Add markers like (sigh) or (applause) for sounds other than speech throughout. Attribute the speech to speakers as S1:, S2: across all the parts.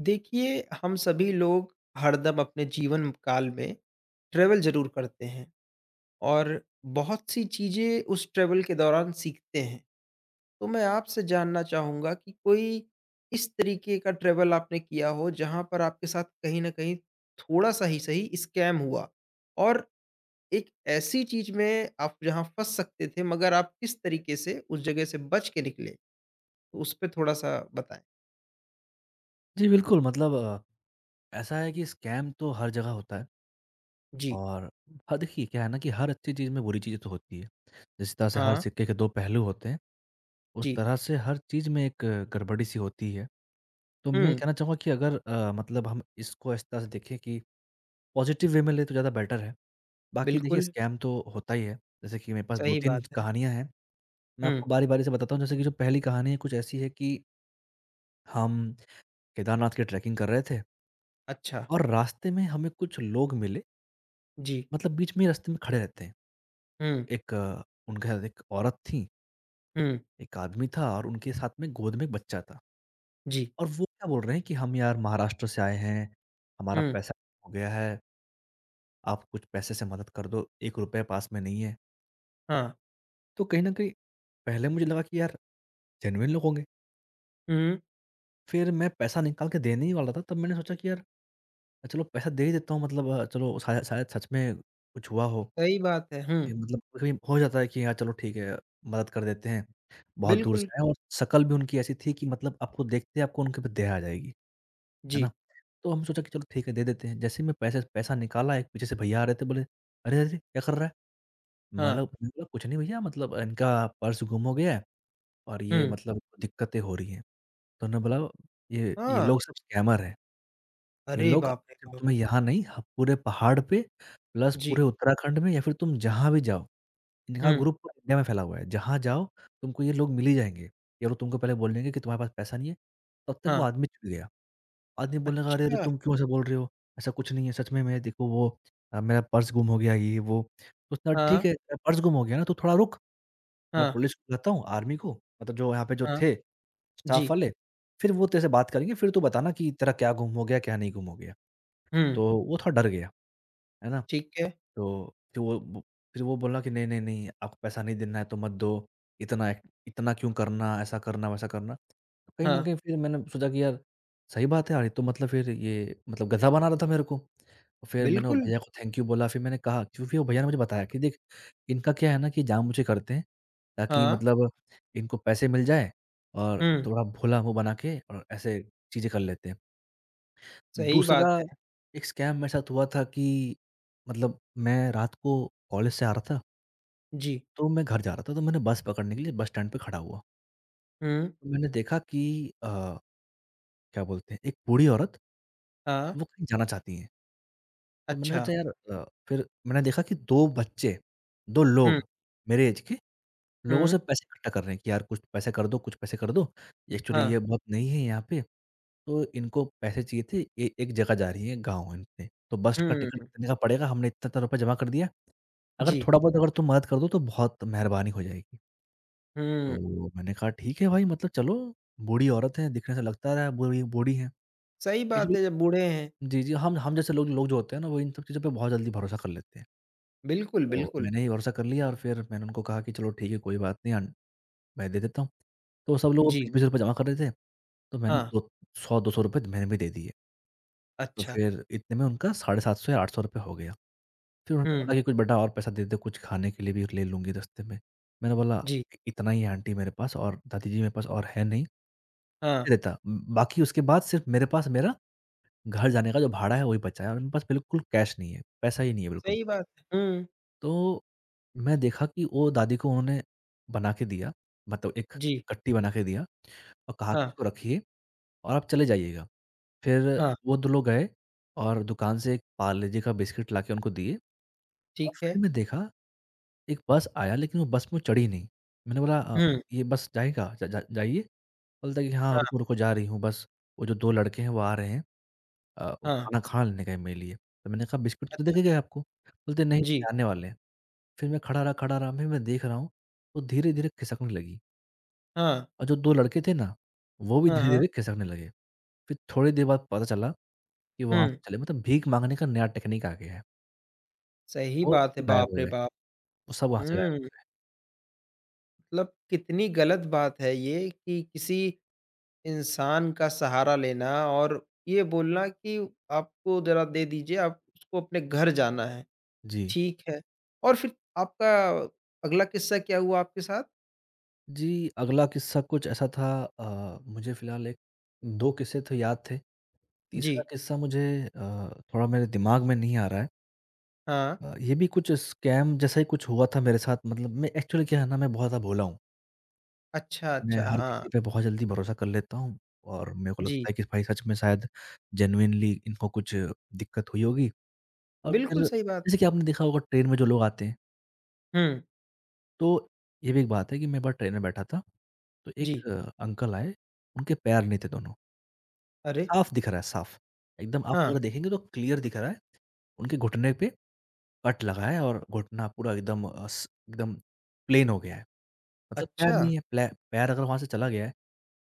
S1: देखिए हम सभी लोग हरदम अपने जीवन काल में ट्रैवल ज़रूर करते हैं और बहुत सी चीज़ें उस ट्रैवल के दौरान सीखते हैं। तो मैं आपसे जानना चाहूँगा कि कोई इस तरीके का ट्रैवल आपने किया हो जहाँ पर आपके साथ कहीं न कहीं थोड़ा-सा ही सही स्कैम हुआ? और एक ऐसी चीज़ में आप जहाँ फँस सकते थे मगर आप किस तरीके से उस जगह से बच के निकले? तो उस पे थोड़ा-सा बताएँ?
S2: जी, बिल्कुल मतलब ऐसा है कि स्कैम तो हर जगह होता है
S1: जी।
S2: और ह देखिए क्या है ना कि हर अच्छी चीज़ में बुरी चीज़ें तो होती है। जिस तरह से हर
S1: हाँ।
S2: सिक्के के 2 पहलू होते हैं, उस
S1: जी।
S2: तरह से हर चीज़ में एक गड़बड़ी-सी होती है। तो मैं ये
S1: हुँ,
S2: कहना चाहूँगा कि अगर मतलब हम इसको इस तरह से देखें कि पॉज़िटिव वे में लें तो ज़्यादा बेटर है। बाकी देखिए
S1: बिल्कुल।
S2: स्कैम तो होता ही है, जैसे कि मेरे पास
S1: सही
S2: 2-3
S1: बात है।
S2: कहानियाँ हैं, मैं
S1: हुँ,
S2: आपको बारी-बारी से बताता हूँ। जैसे कि जो पहली कहानी है कुछ ऐसी है कि हम केदारनाथ की ट्रैकिंग कर रहे थे
S1: अच्छा,
S2: और रास्ते में हमें कुछ लोग मिले
S1: जी,
S2: मतलब बीच में रास्ते में खड़े रहते हैं।
S1: हुँ,
S2: एक उनके साथ एक औरत थी,
S1: हुँ,
S2: एक आदमी था और उनके साथ में गोद में एक बच्चा था।
S1: जी,
S2: और वो क्या बोल रहे हैं कि हम यार महाराष्ट्र से आए हैं, हमारा
S1: हुँ,
S2: पैसा हो गया है, आप कुछ पैसे से मदद कर दो, ₹1 पास में नहीं है।
S1: हाँ,
S2: तो कहीं न कहीं पहले मुझे लगा कि यार जेनुइन लोग होंगे,
S1: हुँ,
S2: फिर मैं पैसा निकाल के देने ही वाला था तब मैंने सोचा कि यार चलो पैसा दे ही देता हूँ मतलब चलो शायद शायद सच में कुछ हुआ हो।
S1: सही बात है,
S2: ये मतलब कभी हो जाता है कि हाँ, चलो ठीक है, मदद कर देते हैं। बहुत दूर
S1: बिल्कुल,
S2: से आए और शक्ल भी उनकी ऐसी थी कि मतलब आपको देखते ही आपको उनके पे दया आ जाएगी, है ना?
S1: जी,
S2: तो हमने सोचा कि चलो ठीक है, दे देते हैं। जैसे ही मैं पैसे पैसा निकाला, एक पीछे से भैया आ रहे थे, बोले, "अरे! अरे! क्या कर रहा है?" मतलब
S1: हाँ,
S2: मैंने बोला, "कुछ नहीं भैया, मतलब इनका पर्स गुम हो गया है और ये
S1: हुँ,
S2: मतलब दिक्कतें हो रही हैं।" तो उन्होंने बोला, "ये
S1: हाँ,
S2: लोग सब स्कैमर हैं। ये
S1: अरे
S2: लोग
S1: बाप रे
S2: सिर्फ़
S1: बाप!
S2: तुम्हें यहाँ नहीं, ह पूरे पहाड़ पे प्लस
S1: जी,
S2: पूरे उत्तराखंड में या फिर तुम जहाँ भी जाओ इनका
S1: हुँ,
S2: ग्रुप पूरा इंडिया में फैला हुआ है, जहाँ जाओ तुमको ये लोग मिल ही जाएँगे। ये लोग तुमको पहले बोल देंगे कि तुम्हारे पास पैसा नहीं है, तब तक वो
S1: हाँ,
S2: आदमी चल गया। आदमी बोलने लगा, "अरे! अरे!
S1: अच्छा,
S2: तुम क्यों ऐसा बोल रहे हो? ऐसा कुछ नहीं है, सच में मैं देखो वो मेरा पर्स गुम हो गया ये वो।" तो उसने कहा,
S1: हाँ,
S2: "ठीक है, तेरा पर्स गुम हो गया ना तो थोड़ा रुक, मैं
S1: हाँ,
S2: पुलिस को बुलाता हूँ, आर्मी को मतलब जो यहाँ पे जो
S1: हाँ,
S2: थे स्टाफ
S1: जी,
S2: वाले, फिर वो तेरे से बात करेंगे, फिर तू बताना कि तेरा क्या गुम हो गया, क्या नहीं गुम हो गया।"
S1: हुँ,
S2: तो वो थोड़ा डर गया, है ना?
S1: ठीक है,
S2: तो फिर वो बोला कि नहीं, नहीं, नहीं आपको पैसा नहीं देना है तो मत दो, इतना एक इतना क्यों करना, ऐसा करना, वैसा करना। तो कहीं न
S1: हाँ,
S2: कहीं फिर मैंने सोचा कि यार सही बात है यार, ये तो मतलब फिर ये मतलब गधा बना रहा था मेरे को। तो फिर मैंने वो
S1: बिल्कुल,
S2: भैया को थैंक यू बोला फिर मैंने कहा क्योंकि वो भैया ने मुझे बताया कि देख इनका क्या है ना कि जानबूझ के करते हैं ताकि
S1: हाँ,
S2: मतलब इनको पैसे मिल जाए और
S1: हुँ,
S2: थोड़ा भोला-मोह बना के और ऐसे चीज़ें कर लेते हैं।
S1: सही
S2: दूसरा
S1: बात है,
S2: एक स्कैम मेरे साथ हुआ था कि मतलब मैं रात को कॉलेज से आ रहा था,
S1: जी,
S2: तो मैं घर जा रहा था, तो मैंने बस पकड़ने के लिए बस स्टैंड पे खड़ा हुआ।
S1: हुँ,
S2: तो मैंने देखा कि अ, क्या बोलते हैं, एक बूढ़ी औरत
S1: हाँ,
S2: वो कहीं जाना चाहती हैं। तो मैंने
S1: अच्छा,
S2: सोचा यार फिर मैंने देखा कि 2 बच्चे, 2
S1: हुँ,
S2: लोग मेरे ऐज के, लोगों से
S1: हुँ,
S2: पैसे इकट्ठा कर रहे हैं कि यार कुछ पैसे कर दो, कुछ पैसे कर दो। एक्चुअली
S1: हाँ,
S2: ये बहुत नहीं है यहाँ पे, तो इनको पैसे चाहिए थे, ये एक जगह जा रही है, गाँव है इनके। तो बस का टिकट
S1: हुँ,
S2: इतने का पड़ेगा, हमने इतना-इतना रुपया जमा कर दिया। अगर
S1: जी,
S2: थोड़ा बहुत अगर तुम मदद कर दो तो बहुत मेहरबानी हो जाएगी।
S1: हुँ,
S2: तो मैंने कहा ठीक है भाई मतलब चलो बूढ़ी औरत है, दिखने से लगता रहा है बूढ़ी बूढ़ी है।
S1: सही बात
S2: एक्चुअली
S1: है जब बूढ़े हैं,
S2: जी, जी, हम जैसे लोग लोग जो होते हैं ना वो इन सब चीज़ों पे बहुत जल्दी भरोसा कर लेते हैं।
S1: बिल्कुल,
S2: तो
S1: बिल्कुल,
S2: मैंने ही भरोसा कर लिया और फिर मैंने उनको कहा कि चलो ठीक है कोई बात नहीं अन मैं दे देता हूँ। तो सब लोग
S1: जी।
S2: ₹20-20 रुपए जमा कर रहे थे, तो मैंने
S1: हाँ,
S2: दो 100-200 रुपए मैंने भी दे दिए। तो
S1: अच्छा।
S2: फिर इतने में उनका 750 या ₹800 हो गया। फिर उन्होंने
S1: हुँ,
S2: बोला कि कुछ बेटा और पैसा दे दो, कुछ खाने के लिए भी ले लूँगी रास्ते में। मैंने बोला
S1: जी,
S2: इतना ही है आंटी मेरे पास और दादी जी मेरे पास और है नहीं।
S1: हाँ,
S2: दे देता। बाकी उसके बाद सिर्फ़ मेरे पास मेरा घर जाने का जो भाड़ा है वही बचा है और मेरे पास बिल्कुल कैश नहीं है, पैसा ही नहीं है बिल्कुल।
S1: सही बात है।
S2: तो मैं देखा कि वो दादी को उन्होंने बना के दिया, मतलब एक
S1: जी,
S2: कट्टी बना के दिया। और कहा कि
S1: हाँ,
S2: इसको रखिए और आप चले जाइएगा। फिर
S1: हाँ,
S2: वो 2 लोग गए और दुकान से एक पार्ले जी का बिस्किट लाके उनको दिए और
S1: ठीक है।
S2: फिर मैं देखा, एक बस आया लेकिन वो बस में वो चढ़ी नहीं। मैंने बोला
S1: हुँ,
S2: "ये बस जाएगा? जा जा जाइए?" बोलता है कि "हाँ,
S1: हाँ,
S2: रुको, रुको जा रही हूँ बस, वो जो 2 लड़के हैं वो आ रहे हैं वो
S1: हाँ,
S2: खाना खाना लेने गए हैं मेरे लिए।" तो मैंने कहा, "बिस्किट तो
S1: अच्छा,
S2: देके गए आपको?" बोलते, "नहीं,
S1: जी,
S2: नहीं आने वाले हैं।" फिर मैं खड़ा रहा, मैं देख रहा हूँ, वो धीरे-धीरे खिसकने लगी
S1: हाँ,
S2: और जो 2 लड़के थे ना, वो भी
S1: हाँ, हाँ,
S2: धीरे-धीरे खिसकने लगे। फिर थोड़ी देर बाद पता चला कि वहाँ
S1: हुँ,
S2: से चले मतलब भीख माँगने का नया टेक्नीक आ गया है।
S1: सही
S2: वो
S1: बात है,
S2: सब गायब
S1: बाप
S2: हो
S1: रे
S2: गए,
S1: बाप!
S2: वो सब वहाँ से गायब हो
S1: हुँ,
S2: गए।
S1: मतलब कितनी गलत बात है ये कि किसी इंसान का सहारा लेना और ये बोलना कि आपको ज़रा दे दीजिए, आप उसको अपने घर जाना है,
S2: जी।
S1: ठीक है। और फिर आपका अगला किस्सा क्या हुआ आपके साथ?
S2: जी, अगला किस्सा कुछ ऐसा था मुझे फ़िलहाल एक 2 किस्से तो याद थे। तीसरा
S1: जी,
S2: किस्सा मुझे अ, थोड़ा मेरे दिमाग में नहीं आ रहा है।
S1: हाँ,
S2: ये भी कुछ स्कैम जैसा ही कुछ हुआ था मेरे साथ मतलब मैं एक्चुअली क्या है ना मैं बहुत ज़्यादा भोला हूँ।
S1: अच्छा,
S2: मैं
S1: अच्छा,
S2: हर
S1: हाँ।
S2: किसी पे बहुत जल्दी भरोसा कर लेता हूँ और मेरे को
S1: जी,
S2: लगता है कि भाई सच में शायद जेनुइनली इनको कुछ दिक्कत हुई होगी। और
S1: बिल्कुल
S2: फिर
S1: सही बात।
S2: जैसे कि आपने देखा होगा ट्रेन में जो लोग आते हैं,
S1: हुँ,
S2: तो ये भी एक बात है कि मैं एक बार ट्रेन में बैठा था, तो एक
S1: जी।
S2: अंकल आए, उनके पैर नहीं थे दोनों,
S1: अरे!
S2: साफ दिख रहा है साफ, एकदम आप
S1: हाँ,
S2: अगर देखेंगे तो क्लियर दिख रहा है, उनके घुटने पे कट लगा है और घुटना पूरा एकदम अ, स एकदम प्लेन हो गया है। मतलब पैर
S1: अच्छा!
S2: नहीं है, प्ले पैर अगर वहाँ से चला गया है,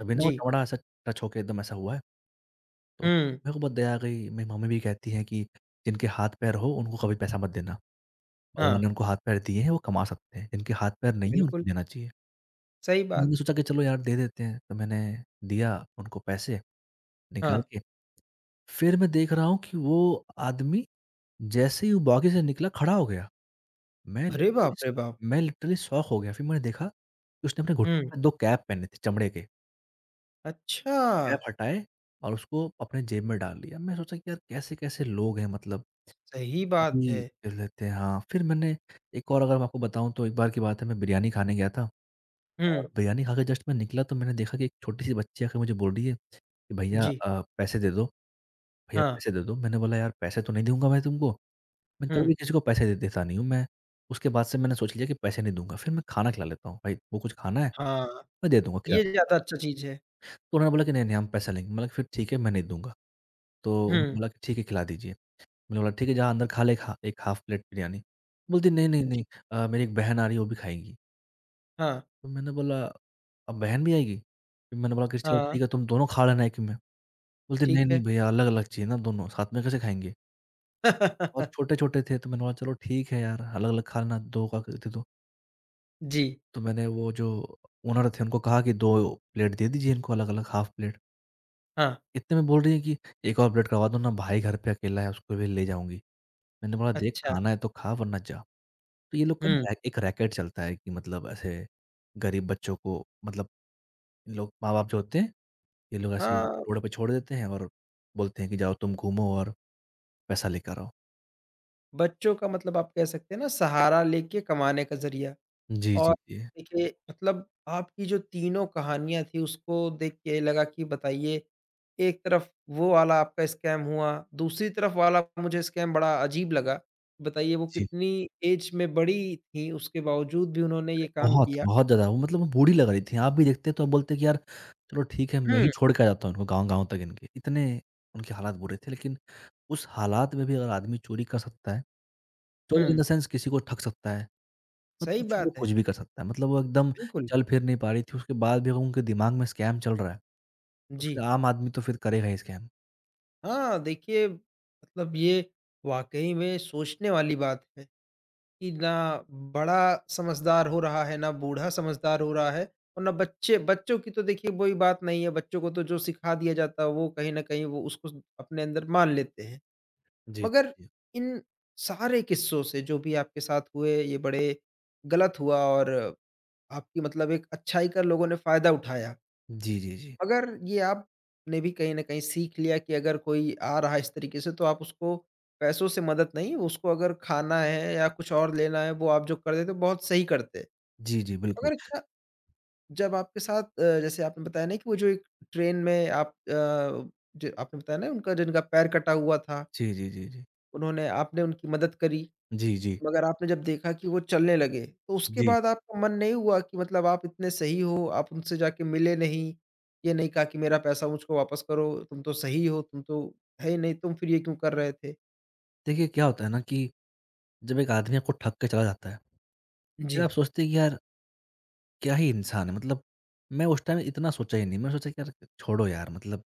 S2: तभी ना वो
S1: जी,
S2: चमड़ा ऐसा टच होके एकदम ऐसा हुआ है। तो
S1: हुँ,
S2: मेरे को बहुत दया आ गई, मेरी मम्मी भी कहती हैं कि जिनके हाथ पैर हो उनको कभी पैसा मत देना। भगवान
S1: हाँ,
S2: ने उनको हाथ-पैर दिए हैं, वो कमा सकते हैं, जिनके हाथ-पैर नहीं है
S1: बिल्कुल
S2: उनको देना चाहिए।
S1: सही
S2: तो
S1: बात।
S2: मैंने सोचा कि चलो यार दे देते हैं, तो मैंने दिया उनको पैसे निकाल
S1: हाँ,
S2: के। फिर मैं देख रहा हूँ कि वो आदमी जैसे ही वो बॉगी से निकला खड़ा हो गया। मैं
S1: अरे बाप
S2: लिटरली
S1: रे बाप!
S2: मैं लिटरली शॉक हो गया। फिर मैंने देखा कि उसने अपने घुटने
S1: हुँ,
S2: पे 2 कैप पहने थे चमड़े के। कैप
S1: अच्छा!
S2: हटाए और उसको अपने जेब में डाल लिया। मैं सोचा कि यार कैसे-कैसे लोग हैं मतलब
S1: सही
S2: कुछ
S1: बात
S2: भी
S1: है।
S2: कर लेते हैं। हाँ, फिर मैंने एक और अगर मैं आपको बताऊँ तो एक बार की बात है मैं बिरयानी खाने गया था।
S1: हुँ,
S2: और बिरयानी खा के जस्ट मैं निकला तो मैंने देखा कि एक छोटी-सी बच्ची आके मुझे बोल रही है कि भैया
S1: जी,
S2: पैसे दे दो, भैया
S1: हाँ,
S2: पैसे दे दो। मैंने बोला यार पैसे तो नहीं दूँगा मैं तुमको, मैं कभी
S1: हुँ,
S2: भी किसी को पैसे दे देता नहीं हूँ मैं। उसके बाद से मैंने सोच लिया कि पैसे नहीं दूँगा, फिर मैं खाना खिला लेता हूँ, भाई वो कुछ खाना है
S1: हाँ,
S2: मैं दे दूँगा खिला
S1: ये
S2: दूँगा।
S1: ज़्यादा अच्छा चीज़ है।
S2: तो उन्होंने बोला कि नहीं-नहीं हम पैसा लेंगे, मैंने कहा फिर ठीक है मैं नहीं दूँगा। तो उन्होंने
S1: हुँ,
S2: बोला कि ठीक है खिला दीजिए। मैंने बोला ठीक है जा अंदर खा ले एक हाफ प्लेट बिरयानी। बोलती नहीं, नहीं,
S1: जी,
S2: नहीं मेरी एक बहन आ रही है वो भी खाएँगी।
S1: हाँ,
S2: तो मैंने बोला अब बहन भी आएगी? फिर मैंने बोला कि चलो
S1: हाँ,
S2: ठीक है तुम दोनों खा लेना एक ही में। बोलते नहीं,
S1: ठीक
S2: नहीं
S1: है।
S2: भैया अलग-अलग चाहिए ना दोनों, साथ में कैसे खाएँगे? और
S1: (laughs)
S2: छोटे-छोटे थे तो मैंने बोला चलो ठीक है यार, अलग-अलग खा लेना 2 का दे दो।
S1: जी,
S2: तो मैंने वो जो ओनर थे उनको कहा कि 2 प्लेट दे दीजिए इनको अलग-अलग हाफ प्लेट।
S1: हाँ,
S2: इतने में बोल रही है कि एक और प्लेट करवा दो ना भाई, घर पे अकेला है उसको भी ले जाऊँगी। मैंने बोला देख
S1: अच्छा,
S2: खाना है तो खा वरना जा। तो ये लोग का
S1: हुँ,
S2: ना एक रैकेट चलता है कि मतलब ऐसे गरीब बच्चों को मतलब इन लोग माँ-बाप जो होते हैं, ये लोग ऐसे ही
S1: हाँ,
S2: रोड पे छोड़ देते हैं और बोलते हैं कि जाओ तुम घूमो और पैसा लेकर आओ।
S1: बच्चों का मतलब आप कह सकते हैं ना सहारा लेके कमाने का ज़रिया।
S2: जी,
S1: और
S2: जी, जी।
S1: देखिए मतलब आपकी जो तीनों कहानियाँ थी उसको देख के लगा कि बताइए, एक तरफ वो वाला आपका स्कैम हुआ, दूसरी तरफ वाला मुझे स्कैम बड़ा अजीब लगा। बताइए वो कितनी एज में बड़ी थी, उसके बावजूद भी उन्होंने ये काम
S2: बहुत,
S1: किया।
S2: बहुत ज़्यादा वो मतलब वो बूढ़ी लग रही थी। आप भी देखते तो आप बोलते कि यार चलो ठीक है, मैं
S1: हुँ,
S2: ही छोड़ के आ जाता हूँ इनको गाँव-गाँव तक इनके। इतने उनके हालात बुरे थे लेकिन उस हालात में भी अगर आदमी चोरी कर सकता है, चोरी इन
S1: हुँ,
S2: द सेंस किसी को ठग सकता है,
S1: सही
S2: मतलब फिर वो
S1: बात है,
S2: कुछ भी कर सकता है। मतलब वो एकदम
S1: बिल्कुल।
S2: चल फिर नहीं पा रही थी, उसके बाद भी अगर उनके दिमाग में स्कैम चल रहा है, तो
S1: जी,
S2: फिर आम आदमी तो फिर करेगा ही स्कैम।
S1: हाँ, देखिए मतलब ये वाक़ई में सोचने वाली बात है। कि ना बड़ा समझदार हो रहा है, ना बूढ़ा समझदार हो रहा है और ना बच्चे बच्चों की तो देखिए वही बात नहीं है, बच्चों को तो जो सिखा दिया जाता है वो कहीं न कहीं वो उसको अपने अंदर मान लेते हैं।
S2: जी, जी,
S1: मगर
S2: जी।
S1: इन सारे किस्सों से जो भी आपके साथ हुए ये बड़े गलत हुआ और आपकी मतलब एक अच्छाई का लोगों ने फ़ायदा उठाया।
S2: जी, जी, जी।
S1: अगर ये आपने भी कहीं न कहीं सीख लिया कि अगर कोई आ रहा है इस तरीके से तो आप उसको पैसों से मदद नहीं, उसको अगर खाना है या कुछ और लेना है वो आप जो कर देते हो बहुत सही करते।
S2: जी, जी,
S1: मगर
S2: बिल्कुल।
S1: अच्छा जब आपके साथ जैसे आपने बताया ना कि वो जो एक ट्रेन में आप जो आपने बताया ना उनका जिनका पैर कटा हुआ था,
S2: जी, जी, जी, जी।
S1: उन्होंने आपने उनकी मदद करी।
S2: जी, जी।
S1: मगर आपने जब देखा कि वो चलने लगे, तो उसके
S2: जी।
S1: बाद आपका मन नहीं हुआ कि मतलब आप इतने सही हो, आप उनसे जाके मिले नहीं, ये नहीं कहा कि मेरा पैसा मुझको वापस करो, तुम तो सही हो, तुम तो है ही नहीं, तुम फिर ये क्यों कर रहे थे?
S2: देखिए क्या होता है ना कि जब एक आदमी आपको ठग के चला जाता है,
S1: जी।
S2: फिर आप सोचते हैं कि यार क्या ही इंसान है मतलब मैं उस टाइम इतना सोचा ही नहीं। मैंने सोचा कि यार छोड़ो यार मतलब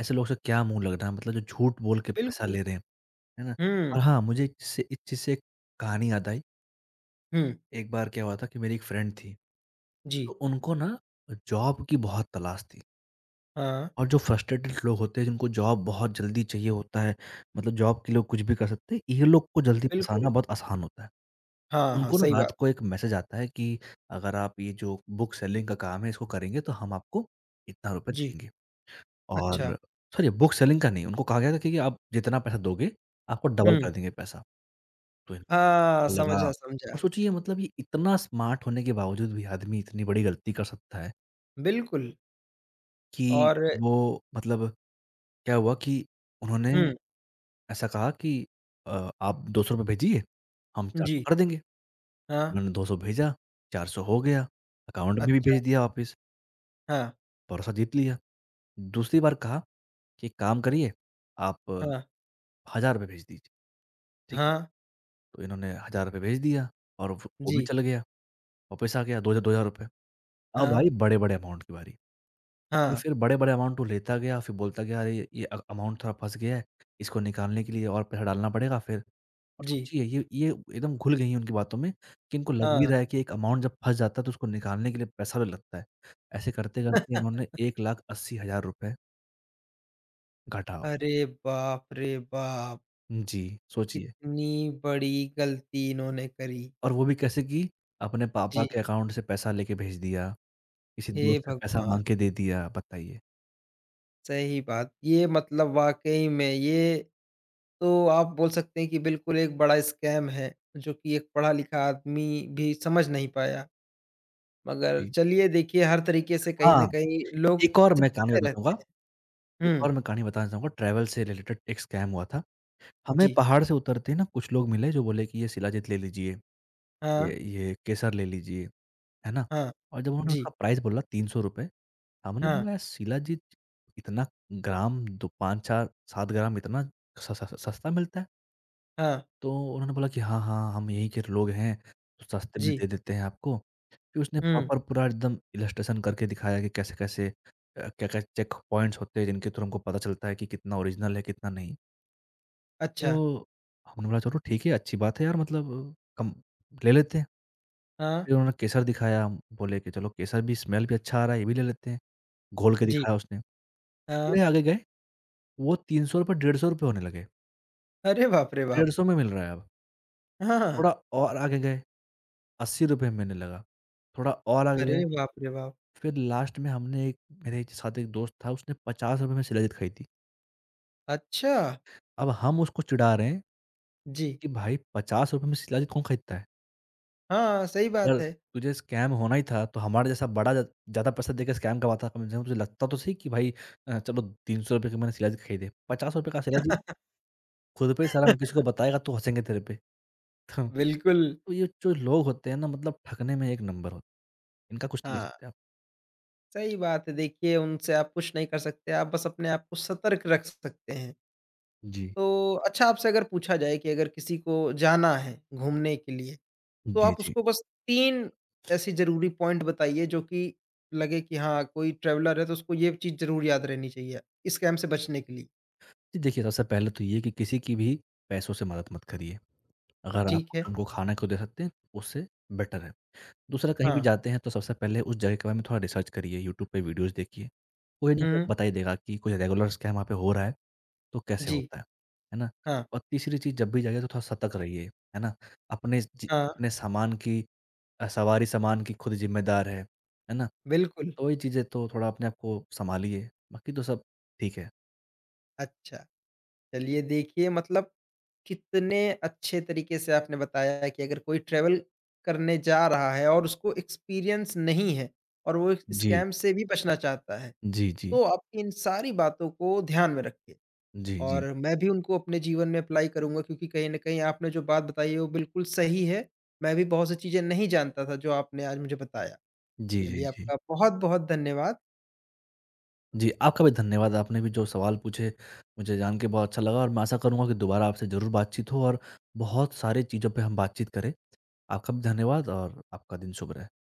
S2: ऐसे लोगों से क्या मुँह लग रहा है मतलब जो झूठ बोल के पैसा
S1: बिल्कुल।
S2: ले रहे हैं, है ना?
S1: हुँ,
S2: और हाँ, मुझे इससे इस चीज़ से एक कहानी याद आई।
S1: हुँ।
S2: एक बार क्या हुआ था कि मेरी एक फ्रेंड थी,
S1: जी।
S2: तो उनको ना जॉब की बहुत तलाश थी
S1: हाँ।
S2: और जो फ्रस्ट्रेटेड लोग होते हैं जिनको जॉब बहुत जल्दी चाहिए होता है, मतलब जॉब के लिए वो कुछ भी कर सकते हैं, ये लोग को जल्दी फँसाना
S1: बिल्कुल।
S2: बहुत आसान होता है।
S1: हाँ, हाँ,
S2: उनको ना
S1: सही
S2: रात
S1: बात।
S2: को एक मैसेज आता है कि अगर आप ये जो बुक सेलिंग का काम है इसको करेंगे तो हम आपको इतना रुपए
S1: जी।
S2: देंगे।
S1: अच्छा।
S2: और सॉरी, बुक सेलिंग का नहीं, उनको कहा गया था कि आप जितना पैसा दोगे, आपको डबल
S1: हुँ।
S2: कर देंगे पैसा। तो
S1: हाँ,
S2: इनको लगा।
S1: समझा,
S2: और
S1: समझा।
S2: सोचिए मतलब ये इतना स्मार्ट होने के बावजूद भी आदमी इतनी बड़ी गलती कर सकता है
S1: बिल्कुल
S2: कि
S1: और
S2: वो मतलब क्या हुआ कि उन्होंने
S1: हुँ,
S2: ऐसा कहा कि आप ₹200 भेजिए, हम 400
S1: जी।
S2: कर देंगे।
S1: हाँ,
S2: उन्होंने 200 भेजा, 400 हो गया, अकाउंट में भी
S1: अच्छा।
S2: भेज दिया वापिस।
S1: हाँ,
S2: भरोसा जीत लिया। दूसरी बार कहा कि एक काम करिए, आप
S1: हाँ,
S2: ₹1000 भेज दीजिए, ठीक है?
S1: हाँ,
S2: तो इन्होंने ₹1000 भेज दिया और व वो
S1: जी।
S2: भी चला गया, वापस आ गया 2000 2000 रुपए। अब
S1: हाँ,
S2: आई बड़े-बड़े अमाउंट की बारी और
S1: हाँ,
S2: फिर बड़े-बड़े अमाउंट वो लेता गया, फिर बोलता गया, "अरे! ये अमाउंट थोड़ा फँस गया है, इसको निकालने के लिए और पैसा डालना पड़ेगा फिर।" और
S1: जी।
S2: सोचिए, ये एकदम घुल गई हैं उनकी बातों में कि इनको लग भी
S1: हाँ।
S2: रहा है कि एक अमाउंट जब फँस जाता है तो उसको निकालने के लिए पैसा भी लगता है। ऐसे करते-करते इन्होंने ₹1,80,000 घटा।
S1: अरे बाप रे बाप!
S2: जी, सोचिए।
S1: इतनी बड़ी गलती इन्होंने करी।
S2: और वो भी कैसे कि अपने पापा
S1: जी,
S2: के अकाउंट से पैसा लेके भेज दिया, किसी
S1: हे
S2: दोस्त से पैसा
S1: भगवान!
S2: माँग के दे दिया, बताइए।
S1: सही बात। ये मतलब वाक़ई में ये तो आप बोल सकते हैं कि बिल्कुल एक बड़ा स्कैम है, जो कि एक पढ़ा-लिखा आदमी भी समझ नहीं पाया। मगर
S2: जी।
S1: चलिए देखिए हर तरीके से कहीं न
S2: हाँ,
S1: कहीं लोग
S2: एक और मैं कहानी
S1: सिखाते
S2: बताना चाहूँगा
S1: रहते हैं।
S2: एक
S1: हुँ,
S2: और मैं कहानी बताना चाहूँगा। ट्रैवल से रिलेटेड एक स्कैम हुआ था। हमें
S1: जी,
S2: पहाड़ से उतरते ही ना कुछ लोग मिले जो बोले कि ये शिलाजीत ले लीजिए,
S1: हाँ,
S2: ये केसर ले लीजिए, है ना?
S1: हाँ,
S2: और जब उन्होंने
S1: जी,
S2: उसका प्राइस बोला ₹300, हमने
S1: हाँ,
S2: बोला यार शिलाजीत इतना ग्राम दो, 5-4 7 ग्राम, इतना स स सस्ता मिलता है?
S1: हाँ,
S2: तो उन्होंने बोला कि हाँ, हाँ, हम यहीं के लोग हैं, तो सस्ते में
S1: जी,
S2: दे देते हैं आपको। फिर उसने
S1: हुँ,
S2: प्रॉपर पूरा एकदम इलस्ट्रेशन करके दिखाया कि कैसे-कैसे क्या-क्या चेक पॉइंट्स होते हैं जिनके थ्रू हमको पता चलता है कि कितना ओरिजिनल है, कितना नहीं।
S1: अच्छा,
S2: तो हमने बोला चलो ठीक है, अच्छी बात है यार, मतलब कम ले लेते हैं।
S1: हाँ,
S2: फिर उन्होंने केसर दिखाया, हम बोले कि चलो केसर भी, स्मेल भी अच्छा आ रहा है, ये भी ले लेते हैं। घोल के
S1: जी,
S2: दिखाया उसने।
S1: हाँ।
S2: थोड़े आगे गए, वो ₹300 ₹150 होने लगे।
S1: अरे बाप रे बाप!
S2: ₹150 में मिल रहा है अब।
S1: हाँ।
S2: थोड़ा और आगे गए ₹80 महीने लगा, थोड़ा और आगे गए,
S1: अरे बाप रे बाप!
S2: फिर लास्ट में हमने एक, मेरे साथ एक दोस्त था, उसने ₹50 में शिलाजीत खरीदी थी।
S1: अच्छा!
S2: अब हम उसको चिढ़ा रहे हैं
S1: जी।
S2: कि भाई ₹50 में शिलाजीत कौन खरीदता है?
S1: हाँ, सही बात
S2: अगर
S1: है।
S2: तुझे स्कैम होना ही था तो हमारे जैसा बड़ा ज ज़्यादा पैसा देके स्कैम करवाता, कम से कम तुझे लगता तो सही कि भाई चलो ₹300 की मैंने शिलाजीत खरीदे, ₹50 का शिलाजीत
S1: (laughs)
S2: खुद पे ही सारा। मैं किसी को बताएगा तो हँसेंगे तेरे पे। तो तो
S1: बिल्कुल,
S2: ये जो लोग होते हैं ना मतलब ठगने में एक नंबर होते हैं, इनका कुछ नहीं कर
S1: हाँ,
S2: सकते आप।
S1: सही बात है। देखिए उनसे आप कुछ नहीं कर सकते, आप बस अपने आप को सतर्क रख सकते हैं।
S2: जी।
S1: तो अच्छा आपसे अगर पूछा जाए कि अगर किसी को जाना है घूमने के लिए, तो
S2: जी,
S1: आप
S2: जी।
S1: उसको बस 3 ऐसी ज़रूरी पॉइंट बताइए जो कि लगे कि हाँ, कोई ट्रैवलर है तो उसको ये चीज़ ज़रूर याद रहनी चाहिए, स्कैम से बचने के लिए।
S2: जी, देखिए सबसे पहले तो ये कि किसी की भी पैसों से मदद मत करिए। अगर हुँ। आप
S1: ठीक है।
S2: कुछ उनको खाना को दे सकते हैं, उससे बेटर है। दूसरा, कहीं भी
S1: हाँ।
S2: जाते हैं तो सबसे पहले उस जगह के बारे में थोड़ा रिसर्च करिए, यूट्यूब पे वीडियोज़ देखिए। कोई ना कोई
S1: हुँ।
S2: आपको बता ही देगा कि कोई रेगुलर स्कैम वहाँ पे हो रहा है, तो कैसे
S1: जी।
S2: होता है ना?
S1: हाँ,
S2: और तीसरी चीज़, जब भी जाइए तो थोड़ा सतर्क रहिए, है ना?
S1: हाँ,
S2: अपने सामान की, सवारी सामान की खुद ज़िम्मेदार है ना?
S1: बिल्कुल।
S2: तो वही चीज़ें, तो थोड़ा अपने आप को सँभालिए, बाकी तो सब ठीक है।
S1: अच्छा, चलिए देखिए मतलब कितने अच्छे तरीके से आपने बताया है कि अगर कोई ट्रैवल करने जा रहा है और उसको एक्सपीरियंस नहीं है और वो इस
S2: जी।
S1: स्कैम से भी बचना चाहता है,
S2: जी, जी।
S1: तो आप इन सारी बातों को ध्यान में रखिए
S2: जी,
S1: और
S2: जी।
S1: मैं भी उनको अपने जीवन में अप्लाई करूँगा क्योंकि कहीं न कहीं आपने जो बात बताई है वो बिल्कुल सही है। मैं भी बहुत सी चीज़ें नहीं जानता था जो आपने आज मुझे बताया। तो
S2: जी, जी,
S1: चलिए
S2: जी। जी
S1: आपका बहुत-बहुत धन्यवाद।
S2: जी, आपका भी धन्यवाद। आपने भी जो सवाल पूछे, मुझे जान के बहुत अच्छा लगा और मैं आशा करूँगा कि दोबारा आपसे ज़रूर बातचीत हो और बहुत सारी चीज़ों पे हम बातचीत करें। आपका भी धन्यवाद और आपका दिन शुभ रहे।